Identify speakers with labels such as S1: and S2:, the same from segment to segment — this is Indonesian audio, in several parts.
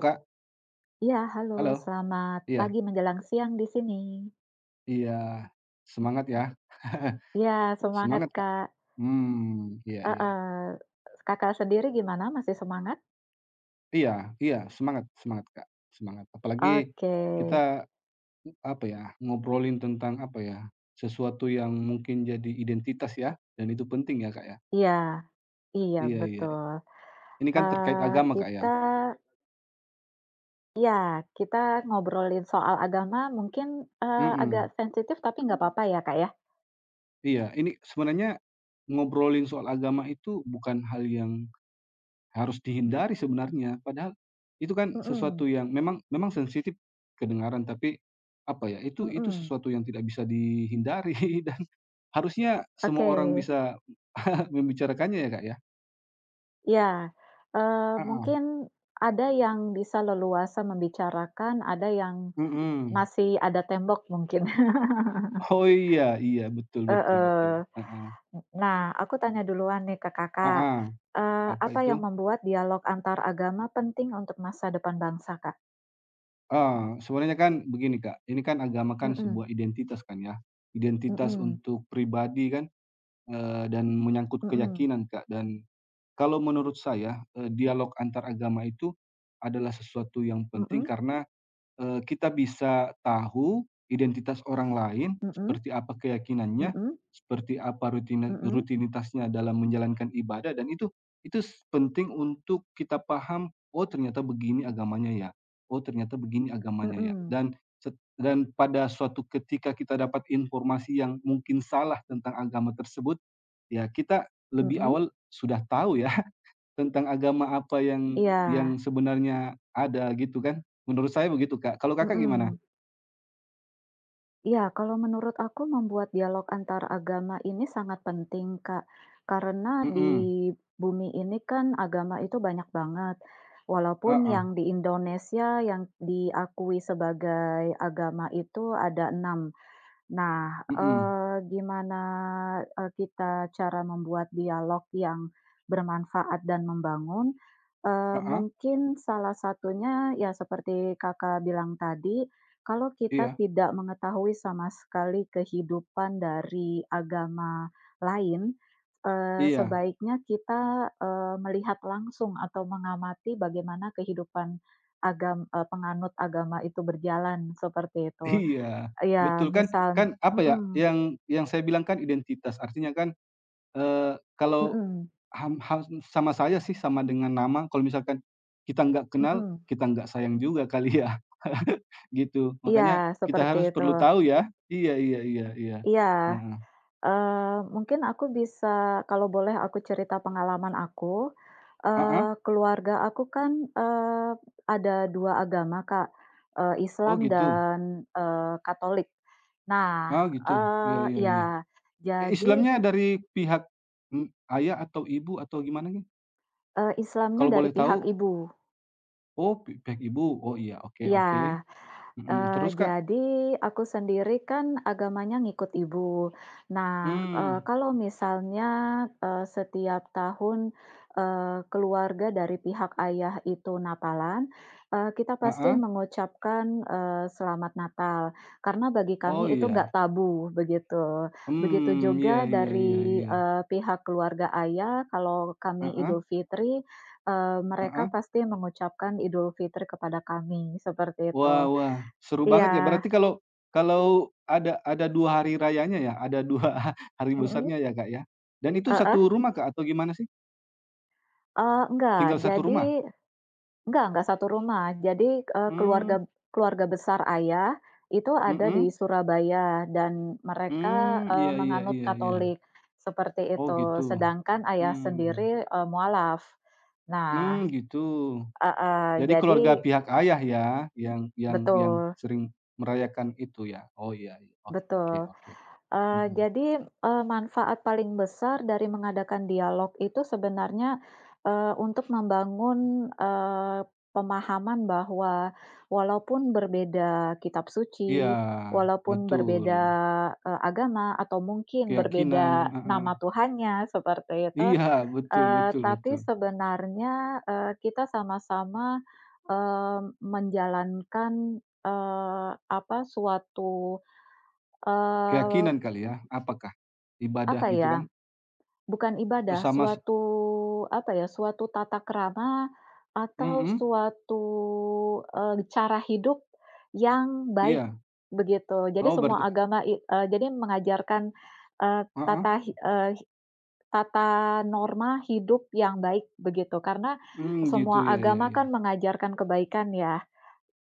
S1: Kak,
S2: Iya, halo,
S1: halo?
S2: selamat
S1: Iya
S2: pagi menjelang siang di sini.
S1: iya, semangat ya.
S2: Iya, semangat,
S1: Semangat, Kak.
S2: Kak.
S1: Hmm, iya iya.
S2: Heeh. Kakak sendiri gimana, masih semangat?
S1: Iya iya, semangat semangat, Kak, semangat. Apalagi
S2: Oke.
S1: kita, apa ya, ngobrolin tentang, apa ya, sesuatu yang mungkin jadi identitas ya, dan itu penting ya, Kak, ya.
S2: Iya, iya,
S1: Iya iya.
S2: betul.
S1: Ini kan terkait
S2: Eee,
S1: agama, Kak, ya.
S2: kita ya kita ngobrolin soal agama mungkin, agak
S1: Mhm,
S2: sensitif tapi nggak apa-apa ya, Kak, ya?
S1: iya. Ini sebenarnya ngobrolin soal agama itu bukan hal yang harus dihindari sebenarnya, padahal itu kan sesuatu
S2: Mhm,
S1: yang memang memang sensitif kedengaran, tapi apa ya, itu
S2: mhm.
S1: sesuatu yang tidak bisa dihindari dan harusnya semua
S2: Oke.
S1: orang bisa membicarakannya ya, Kak, ya?
S2: Ya.
S1: Heeh,
S2: Mungkin ada yang bisa leluasa membicarakan, ada yang
S1: mhm.
S2: masih ada tembok mungkin.
S1: Oh, iya iya, betul betul betul,
S2: Heeh.
S1: heeh,
S2: Nah, aku tanya duluan nih ke Kakak,
S1: heeh,
S2: eee,
S1: apa
S2: apa
S1: itu
S2: yang membuat dialog antar agama penting untuk masa depan bangsa, Kak?
S1: sebenarnya kan begini, Kak, ini kan agama kan sebuah
S2: Mhm,
S1: identitas kan ya, identitas
S2: mhm,
S1: untuk pribadi kan, dan menyangkut
S2: mhm,
S1: keyakinan, Kak, dan kalau menurut saya, dialog antar agama itu adalah sesuatu yang penting
S2: mhm,
S1: karena, kita bisa tahu identitas orang lain,
S2: mhm,
S1: seperti apa keyakinannya,
S2: mhm,
S1: seperti apa
S2: mhm,
S1: rutinitasnya dalam menjalankan ibadah dan itu penting untuk kita paham, "Oh ternyata begini agamanya ya, oh ternyata begini
S2: mhm,
S1: agamanya ya."
S2: mhm,
S1: Dan dan pada suatu ketika kita dapat informasi yang mungkin salah tentang agama tersebut, ya kita lebih
S2: mhm,
S1: awal sudah tahu ya tentang agama apa yang
S2: iya,
S1: yang sebenarnya ada gitu kan, menurut saya begitu, Kak. Kalau Kakak gimana?
S2: mhm. Ya, kalau menurut aku membuat dialog antar agama ini sangat penting, Kak. Karena di
S1: Mhm,
S2: bumi ini kan agama itu banyak banget. Walaupun yang
S1: heeh,
S2: di Indonesia yang diakui sebagai agama itu ada 6. Nah,
S1: mhm,
S2: gimana, kita cara membuat dialog yang bermanfaat dan membangun,
S1: heeh,
S2: mungkin salah satunya ya seperti Kakak bilang tadi, kalau kita
S1: iya
S2: tidak mengetahui sama sekali kehidupan dari agama lain,
S1: iya
S2: sebaiknya kita, melihat langsung atau mengamati bagaimana kehidupan penganut agama itu berjalan, seperti itu.
S1: iya,
S2: Iya,
S1: betul kan
S2: misal.
S1: kan apa ya,
S2: Mhm,
S1: yang saya bilang kan identitas, artinya kan, kalau
S2: mhm,
S1: ham ham sama saya sih sama dengan nama, kalau misalkan kita nggak kenal,
S2: mhm.
S1: kita nggak sayang juga kali ya, gitu. Makanya
S2: Iya,
S1: kita
S2: seperti
S1: harus
S2: itu.
S1: perlu tahu ya. Iya iya iya iya.
S2: Iya,
S1: Heeh.
S2: mungkin aku bisa kalau boleh aku cerita pengalaman aku,
S1: Heeh?
S2: keluarga aku kan, eee, ada 2 agama, Kak,
S1: Oh
S2: Islam
S1: gitu?
S2: dan, Katolik. Nah,
S1: Oh gitu, iya iya iya.
S2: iya, jadi,
S1: Islamnya dari pihak, mmm, ayah atau ibu atau gimana nih?
S2: Islamnya
S1: Kalau
S2: dari
S1: boleh tahu?
S2: pihak ibu.
S1: Oh pihak ibu, oh iya, oke
S2: Iya.
S1: oke, mhm, terus Kak?
S2: Jadi aku sendiri kan agamanya ngikut ibu. Nah,
S1: Hmm,
S2: kalau misalnya, setiap tahun, keluarga dari pihak ayah itu Natalan, kita pasti
S1: ah,
S2: mengucapkan, selamat Natal, karena bagi
S1: oh
S2: kami itu
S1: iya,
S2: nggak tabu, begitu. Begitu
S1: hmm, iya
S2: juga
S1: iya iya
S2: dari,
S1: iya,
S2: pihak keluarga ayah, kalau kami
S1: ah
S2: Idul Fitri, mereka
S1: ah,
S2: pasti mengucapkan Idul Fitri kepada kami, seperti itu.
S1: wah wah, seru banget ya
S2: Iya.
S1: berarti kalau kalau ada 2 hari rayanya ya? Ada 2 hari
S2: Mhm.
S1: besarnya ya Kak ya? Dan itu
S2: Heeh,
S1: satu rumah Kak atau gimana sih?
S2: enggak,
S1: Tinggal satu
S2: jadi
S1: rumah?
S2: enggak satu rumah. Jadi,
S1: Mmm,
S2: keluarga keluarga besar ayah itu ada di
S1: mhm,
S2: Surabaya dan mereka,
S1: hmm, iya iya
S2: menganut
S1: iya iya,
S2: Katolik, seperti
S1: oh
S2: itu.
S1: gitu.
S2: Sedangkan ayah
S1: Mmm,
S2: sendiri, mualaf. Nah,
S1: mmm, gitu.
S2: heeh,
S1: Jadi
S2: jadi
S1: keluarga pihak ayah ya, yang
S2: betul,
S1: sering merayakan itu ya? Oh iya iya, oke oke
S2: betul.
S1: oke, mhm.
S2: Jadi, manfaat paling besar dari mengadakan dialog itu sebenarnya, untuk membangun, pemahaman bahwa walaupun berbeda kitab suci,
S1: Iya,
S2: walaupun
S1: betul,
S2: berbeda, agama atau mungkin berbeda
S1: keyakinan heeh.
S2: nama Tuhannya seperti itu,
S1: Iya, betul betul
S2: tapi
S1: betul.
S2: sebenarnya, kita sama-sama, menjalankan, apa, suatu, eee,
S1: Keyakinan kali ya? Apakah? Ibadah
S2: apa
S1: gitu
S2: ya,
S1: kan?
S2: bukan
S1: Eee,
S2: ibadah,
S1: sama s
S2: suatu apa ya, suatu tata krama atau
S1: mhm,
S2: suatu, cara hidup yang baik,
S1: iya.
S2: begitu. Jadi
S1: Oh
S2: semua
S1: berarti
S2: agama jadi mengajarkan, eee,
S1: heeh,
S2: tata hi eee, hi tata norma hidup yang baik, begitu. Karena
S1: mmm, gitu,
S2: semua
S1: ya ya
S2: agama
S1: ya.
S2: kan mengajarkan kebaikan ya,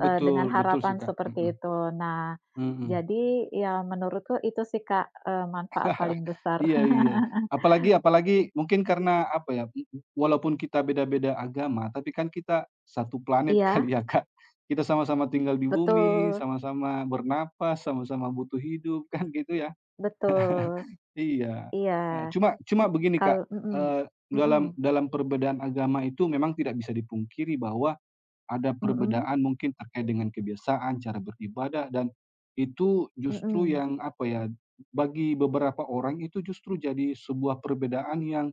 S1: Betul
S2: dengan
S1: betul sih
S2: harapan
S1: Kak, mhm,
S2: seperti itu. Nah,
S1: mhm.
S2: jadi ya menurutku itu sih, Kak, manfaat paling besar.
S1: Iya iya. Apalagi apalagi mungkin karena apa ya, mhm, walaupun kita beda-beda agama, tapi kan kita satu planet
S2: Iya,
S1: kali ya, Kak. Kita sama-sama tinggal di bumi,
S2: betul.
S1: sama-sama bernapas, sama-sama butuh hidup, kan gitu ya.
S2: Betul,
S1: Iya.
S2: iya.
S1: Cuma cuma begini, Kak,
S2: Mhm,
S1: eee, dalam
S2: mhm,
S1: dalam perbedaan agama itu memang tidak bisa dipungkiri bahwa ada
S2: mhm,
S1: perbedaan mungkin terkait dengan kebiasaan, cara beribadah, dan itu justru
S2: mhm,
S1: yang, apa ya, bagi beberapa orang itu justru jadi sebuah perbedaan yang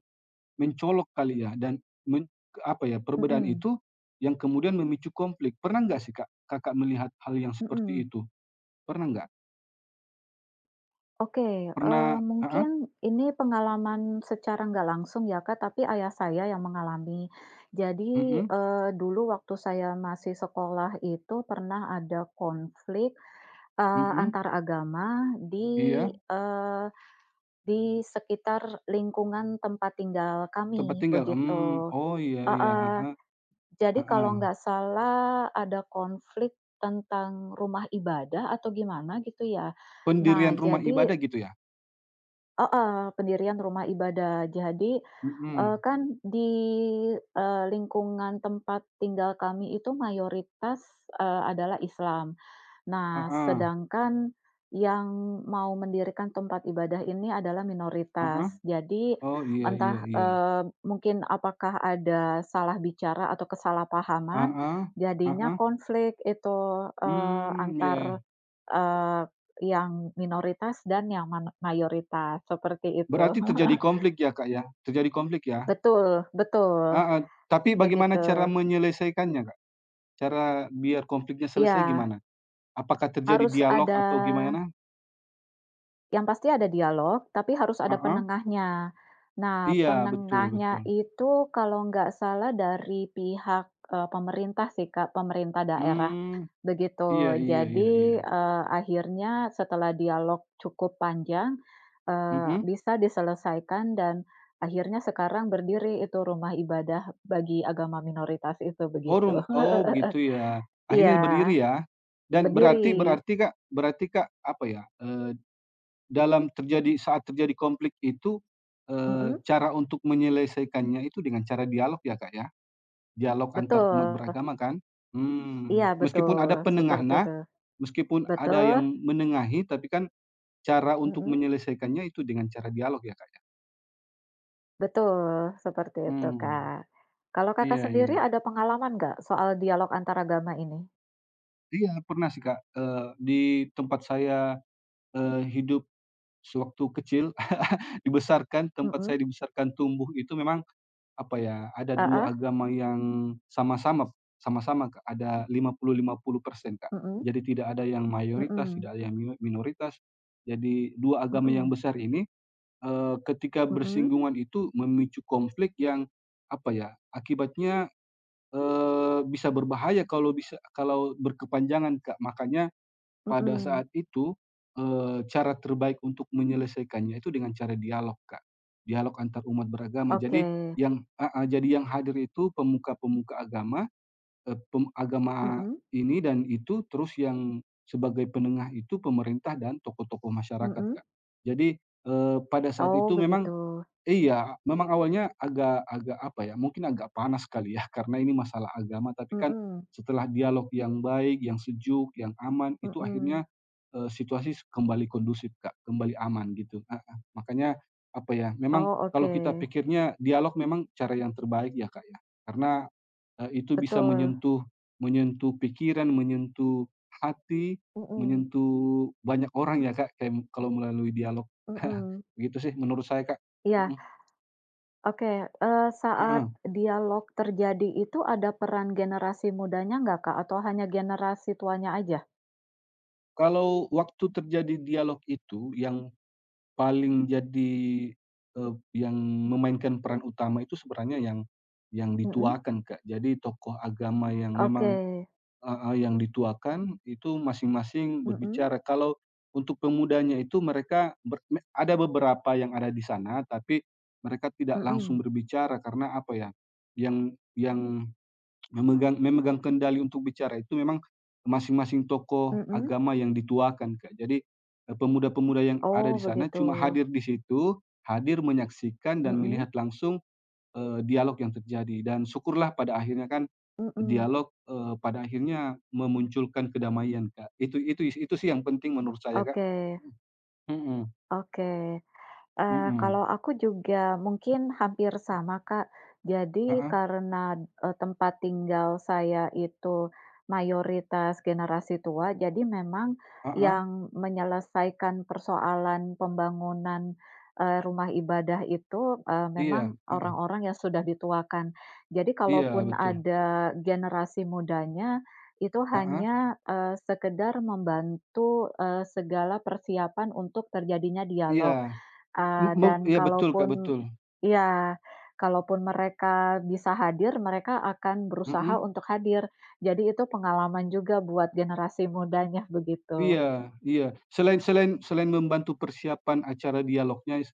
S1: mencolok kali ya dan men apa ya, perbedaan
S2: mhm,
S1: itu yang kemudian memicu konflik. Pernah nggak sih, Kak, Kakak melihat hal yang seperti
S2: mhm.
S1: itu? Pernah nggak?
S2: Oke,
S1: Pernah heeh,
S2: mungkin ini pengalaman secara nggak langsung ya, Kak, tapi ayah saya yang mengalami. Jadi,
S1: mhm
S2: dulu waktu saya masih sekolah itu pernah ada konflik,
S1: mhm,
S2: antar agama di,
S1: iya,
S2: eee, di sekitar lingkungan tempat tinggal
S1: tempat
S2: kami,
S1: tinggal, hmm
S2: begitu.
S1: oh, iya iya,
S2: Heeh.
S1: heeh
S2: Jadi
S1: heeh.
S2: kalau nggak salah ada konflik tentang rumah ibadah atau gimana gitu ya.
S1: Pendirian
S2: Nah,
S1: rumah
S2: jadi
S1: ibadah gitu ya?
S2: heeh, pendirian rumah ibadah. Jadi,
S1: Mhm,
S2: kan di, lingkungan tempat tinggal kami itu mayoritas, adalah Islam. Nah,
S1: heeh
S2: sedangkan yang mau mendirikan tempat ibadah ini adalah
S1: heeh.
S2: minoritas. Jadi
S1: Oh, iya iya
S2: entah,
S1: iya.
S2: mungkin apakah ada salah bicara atau kesalahpahaman,
S1: Heeh
S2: jadinya
S1: heeh,
S2: konflik itu,
S1: mmm, iya. Iya.
S2: antar, eee, yang minoritas dan yang mayoritas, seperti itu.
S1: Berarti terjadi konflik ya, Kak, ya? Terjadi konflik ya?
S2: Betul, betul,
S1: Heeh, tapi bagaimana
S2: begitu.
S1: cara menyelesaikannya, Kak? Cara biar konfliknya selesai
S2: Iya,
S1: gimana? Apakah terjadi
S2: harus
S1: dialog
S2: ada
S1: atau gimana?
S2: yang pasti ada dialog, tapi harus ada
S1: Heeh,
S2: penengahnya. Nah,
S1: iya, betul
S2: penengahnya
S1: betul.
S2: itu kalau nggak salah dari pihak, pemerintah sih, Kak, pemerintah daerah,
S1: Mmm, iya
S2: begitu.
S1: iya iya iya,
S2: Jadi, akhirnya setelah dialog cukup panjang,
S1: mhm.
S2: bisa diselesaikan dan akhirnya sekarang berdiri itu rumah ibadah bagi agama minoritas itu,
S1: Oh
S2: begitu.
S1: rum oh begitu ya, akhirnya
S2: Iya,
S1: berdiri ya? Dan
S2: berdiri.
S1: berarti berarti, Kak, apa ya, dalam terjadi saat terjadi konflik itu,
S2: Mhm,
S1: cara untuk menyelesaikannya itu dengan cara dialog ya, Kak, ya? Dialog
S2: betul.
S1: antar umat beragama kan?
S2: Iya,
S1: Mmm, meskipun ada
S2: betul, seperti
S1: penengahnya,
S2: itu.
S1: meskipun ada yang
S2: Betul.
S1: menengahi, tapi kan cara untuk
S2: Mhm,
S1: menyelesaikannya itu dengan cara dialog ya, Kak, ya?
S2: betul, seperti itu,
S1: Mmm,
S2: Kak. Kalau Kakak
S1: iya iya.
S2: sendiri ada pengalaman nggak soal dialog antaragama ini?
S1: Iya pernah sih, Kak, di tempat saya, hidup sewaktu kecil, tempat
S2: Mhm,
S1: saya dibesarkan tumbuh itu memang apa ya, ada 2
S2: heeh,
S1: agama yang sama-sama sama-sama, Kak, ada 50-50 persen Kak.
S2: mhm,
S1: Jadi tidak ada yang mayoritas,
S2: mhm,
S1: tidak ada yang minoritas. Jadi 2 agama yang
S2: mhm,
S1: besar ini, ketika
S2: mhm,
S1: bersinggungan itu memicu konflik yang, apa ya, akibatnya, bisa berbahaya kalau berkepanjangan, Kak. Makanya pada
S2: mhm,
S1: saat itu, cara terbaik untuk menyelesaikannya itu dengan cara dialog, Kak. Dialog antar umat beragama.
S2: oke,
S1: Jadi yang heeh, jadi yang hadir itu pemuka-pemuka agama, eee, pem agama
S2: mhm,
S1: ini dan itu, terus yang sebagai penengah itu pemerintah dan tokoh-tokoh masyarakat,
S2: mhm,
S1: Kak. Jadi, pada saat
S2: oh
S1: itu memang
S2: begitu,
S1: iya, memang awalnya agak agak, apa ya, mungkin agak panas kali ya, karena ini masalah agama, tapi kan
S2: mhm,
S1: setelah dialog yang baik, yang sejuk, yang aman, itu
S2: mhm,
S1: akhirnya, situasi kembali kondusif, Kak, kembali aman gitu, heeh. Makanya, apa ya, memang
S2: oh
S1: kalau
S2: oke,
S1: kita pikirnya dialog memang cara yang terbaik ya, Kak, ya, karena, itu bisa
S2: betul,
S1: menyentuh menyentuh pikiran, menyentuh hati,
S2: mhm,
S1: menyentuh banyak orang ya, Kak, kayak kalau melalui dialog.
S2: mhm,
S1: Begitu sih menurut saya, Kak,
S2: iya,
S1: mhm.
S2: oke, saat
S1: Heeh,
S2: dialog terjadi itu ada peran generasi mudanya nggak, Kak? Atau hanya generasi tuanya aja?
S1: kalau waktu terjadi dialog itu yang paling jadi, yang memainkan peran utama itu sebenarnya yang
S2: Mhm,
S1: dituakan, Kak. Jadi tokoh agama yang
S2: oke.
S1: memang heeh, yang dituakan itu masing-masing
S2: Mhm,
S1: berbicara. Kalau untuk pemudanya itu mereka ber me ada beberapa yang ada di sana, tapi mereka tidak langsung
S2: mhm,
S1: berbicara karena apa ya, yang Memegang memegang kendali untuk bicara itu memang masing-masing tokoh
S2: mhm.
S1: agama yang dituakan, Kak. Jadi, pemuda-pemuda yang ada di
S2: Oh
S1: sana
S2: begitu.
S1: cuma hadir di situ, hadir menyaksikan dan
S2: Mhm,
S1: melihat langsung, dialog yang terjadi dan syukurlah pada akhirnya kan
S2: mhm.
S1: dialog, pada akhirnya memunculkan kedamaian, Kak. Itu sih yang penting menurut saya, Kak.
S2: Oke,
S1: Mhm
S2: oke.
S1: mhm,
S2: Kalau aku juga mungkin hampir sama, Kak. Jadi
S1: heeh
S2: karena, tempat tinggal saya itu mayoritas generasi tua, jadi memang
S1: heeh,
S2: yang menyelesaikan persoalan pembangunan, rumah ibadah itu,
S1: iya,
S2: memang
S1: heeh,
S2: orang-orang yang sudah dituakan. Jadi
S1: iya
S2: kalaupun
S1: betul,
S2: ada generasi mudanya, itu
S1: heeh,
S2: hanya, sekedar membantu, segala persiapan untuk terjadinya
S1: iya,
S2: dialog.
S1: m
S2: Eee,
S1: mem
S2: dan
S1: iya betul, Kak,
S2: kalaupun
S1: betul,
S2: ya, kalaupun mereka bisa hadir, mereka akan berusaha
S1: mhm.
S2: untuk hadir. Jadi itu pengalaman juga buat generasi mudanya, begitu.
S1: Iya iya. Selain selain selain membantu persiapan acara dialognya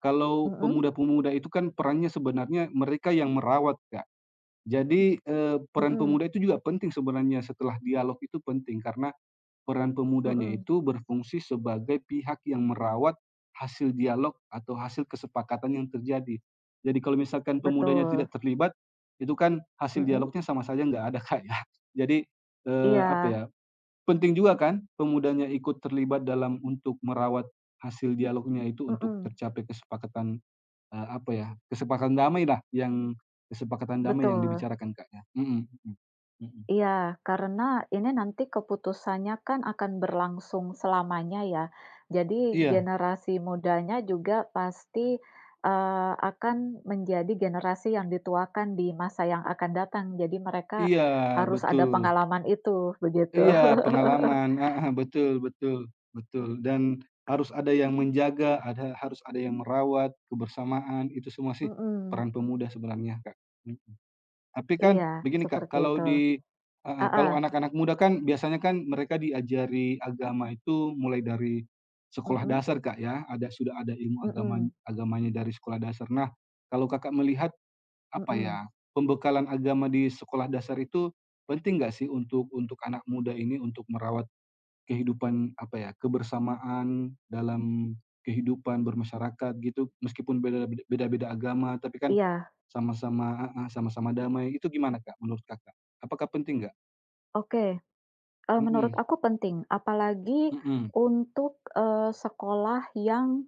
S1: kalau
S2: Mhm,
S1: pemuda-pemuda itu kan perannya sebenarnya mereka yang merawat, Kak. Jadi, peran pemuda
S2: mhm.
S1: itu juga penting sebenarnya setelah dialog itu penting, karena peran
S2: Mhm,
S1: pemudanya
S2: mhm,
S1: itu berfungsi sebagai pihak yang merawat hasil dialog atau hasil kesepakatan yang terjadi. Jadi kalau misalkan pemudanya
S2: betul.
S1: tidak terlibat, itu kan hasil
S2: Mhm.
S1: dialognya sama saja nggak ada, Kak, ya. Jadi, apa
S2: Iya,
S1: ya, penting juga kan pemudanya ikut terlibat dalam untuk merawat hasil dialognya itu untuk
S2: mhm,
S1: tercapai kesepakatan, apa ya, kesepakatan damai yang
S2: betul.
S1: dibicarakan, Kak, ya. Mhm mhm, mhm.
S2: Iya, karena ini nanti keputusannya kan akan berlangsung selamanya ya. Jadi
S1: Iya
S2: generasi mudanya juga pasti, akan menjadi generasi yang dituakan di masa yang akan datang. Jadi mereka
S1: iya,
S2: harus ada
S1: betul.
S2: pengalaman itu, begitu.
S1: Iya, pengalaman, heeh, betul betul betul, dan harus ada yang menjaga, harus ada yang merawat kebersamaan, itu semua sih
S2: Mhm,
S1: peran pemuda sebenarnya, Kak. Tapi kan
S2: iya,
S1: begini Kak,
S2: seperti
S1: kalau
S2: itu.
S1: di heeh, kalau
S2: Ah,
S1: anak-anak muda kan biasanya kan mereka diajari agama itu mulai dari sekolah
S2: mhm,
S1: dasar Kak ya, ada sudah ada ilmu
S2: mhm,
S1: agamanya dari sekolah dasar. Nah, kalau Kakak melihat apa ya,
S2: mhm,
S1: pembekalan agama di sekolah dasar itu penting nggak sih untuk anak muda ini untuk merawat kehidupan apa ya, kebersamaan dalam kehidupan bermasyarakat gitu, meskipun beda beda beda-beda agama, tapi kan
S2: iya,
S1: sama-sama heeh, sama-sama damai, itu gimana, Kak, menurut Kakak? Apakah penting nggak?
S2: oke. Menurut
S1: Mhm
S2: aku penting, apalagi
S1: mhm.
S2: untuk, sekolah yang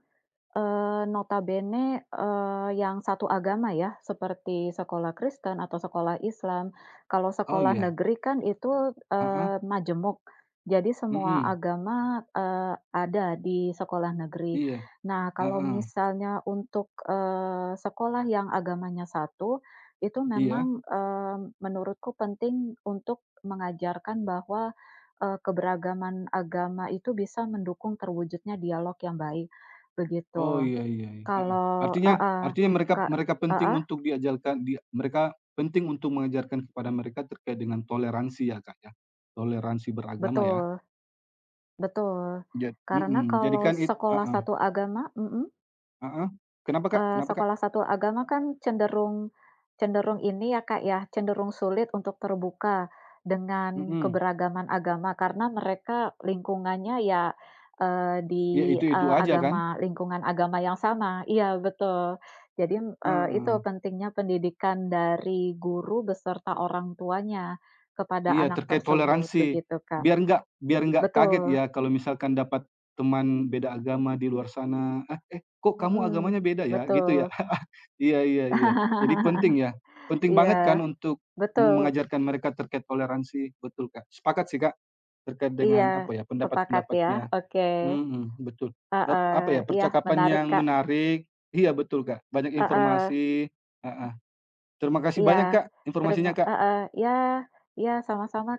S2: Notabene, yang satu agama ya, seperti sekolah Kristen atau sekolah Islam. Kalau
S1: Oh
S2: sekolah
S1: iya,
S2: negeri kan itu,
S1: heeh,
S2: majemuk. Jadi semua
S1: mhm,
S2: agama, ada di sekolah negeri.
S1: iya,
S2: Nah, kalau
S1: heeh,
S2: misalnya untuk, sekolah yang agamanya satu, itu
S1: iya,
S2: memang, menurutku penting untuk mengajarkan bahwa, keberagaman agama itu bisa mendukung terwujudnya dialog yang baik. Begitu.
S1: oh iya iya iya, heeh. Artinya
S2: Heeh,
S1: artinya mereka
S2: Kak,
S1: mereka penting
S2: heeh,
S1: untuk diajarkan dia mereka penting untuk mengajarkan kepada mereka terkait dengan toleransi ya, Kak, ya? Toleransi beragama ya?
S2: betul, betul. Karena
S1: Mhm,
S2: kalau
S1: jadikan it
S2: sekolah
S1: heeh
S2: satu agama mhm?
S1: heeh, kenapa, Kak kenapa, Kak?
S2: Sekolah satu agama kan cenderung cenderung ini ya, Kak, ya, cenderung sulit untuk terbuka dengan
S1: Mhm,
S2: keberagaman agama karena mereka lingkungannya ya, di,
S1: ya itu-itu
S2: eee,
S1: aja kan?
S2: agama lingkungan agama yang sama. Iya, betul. Jadi, itu
S1: Heeh.
S2: pentingnya pendidikan dari guru beserta orang tuanya kepada
S1: Iya,
S2: anak
S1: terkait
S2: tersebut,
S1: toleransi.
S2: begitu, Kak.
S1: Biar nggak kaget
S2: Betul,
S1: ya kalau misalkan dapat teman beda agama di luar sana, "Ah, eh, kok kamu agamanya
S2: mhm,
S1: beda ya?" Gitu ya.
S2: betul.
S1: Iya iya iya. Jadi penting ya, penting
S2: Iya,
S1: banget kan untuk
S2: betul.
S1: mengajarkan mereka terkait toleransi. Betul, Kak. Sepakat sih, Kak, terkait
S2: Iya,
S1: dengan apa ya,
S2: sepakat ya,
S1: pendapat-pendapatnya.
S2: oke.
S1: Mhm, betul. Apa
S2: Heeh,
S1: ya,
S2: iya,
S1: percakapan
S2: menarik,
S1: yang
S2: Kak.
S1: menarik. Iya betul, Kak, banyak
S2: Heeh,
S1: informasi. Heeh. Terima kasih
S2: iya,
S1: banyak, Kak, informasinya, Kak.
S2: heeh, iya, iya, sama-sama,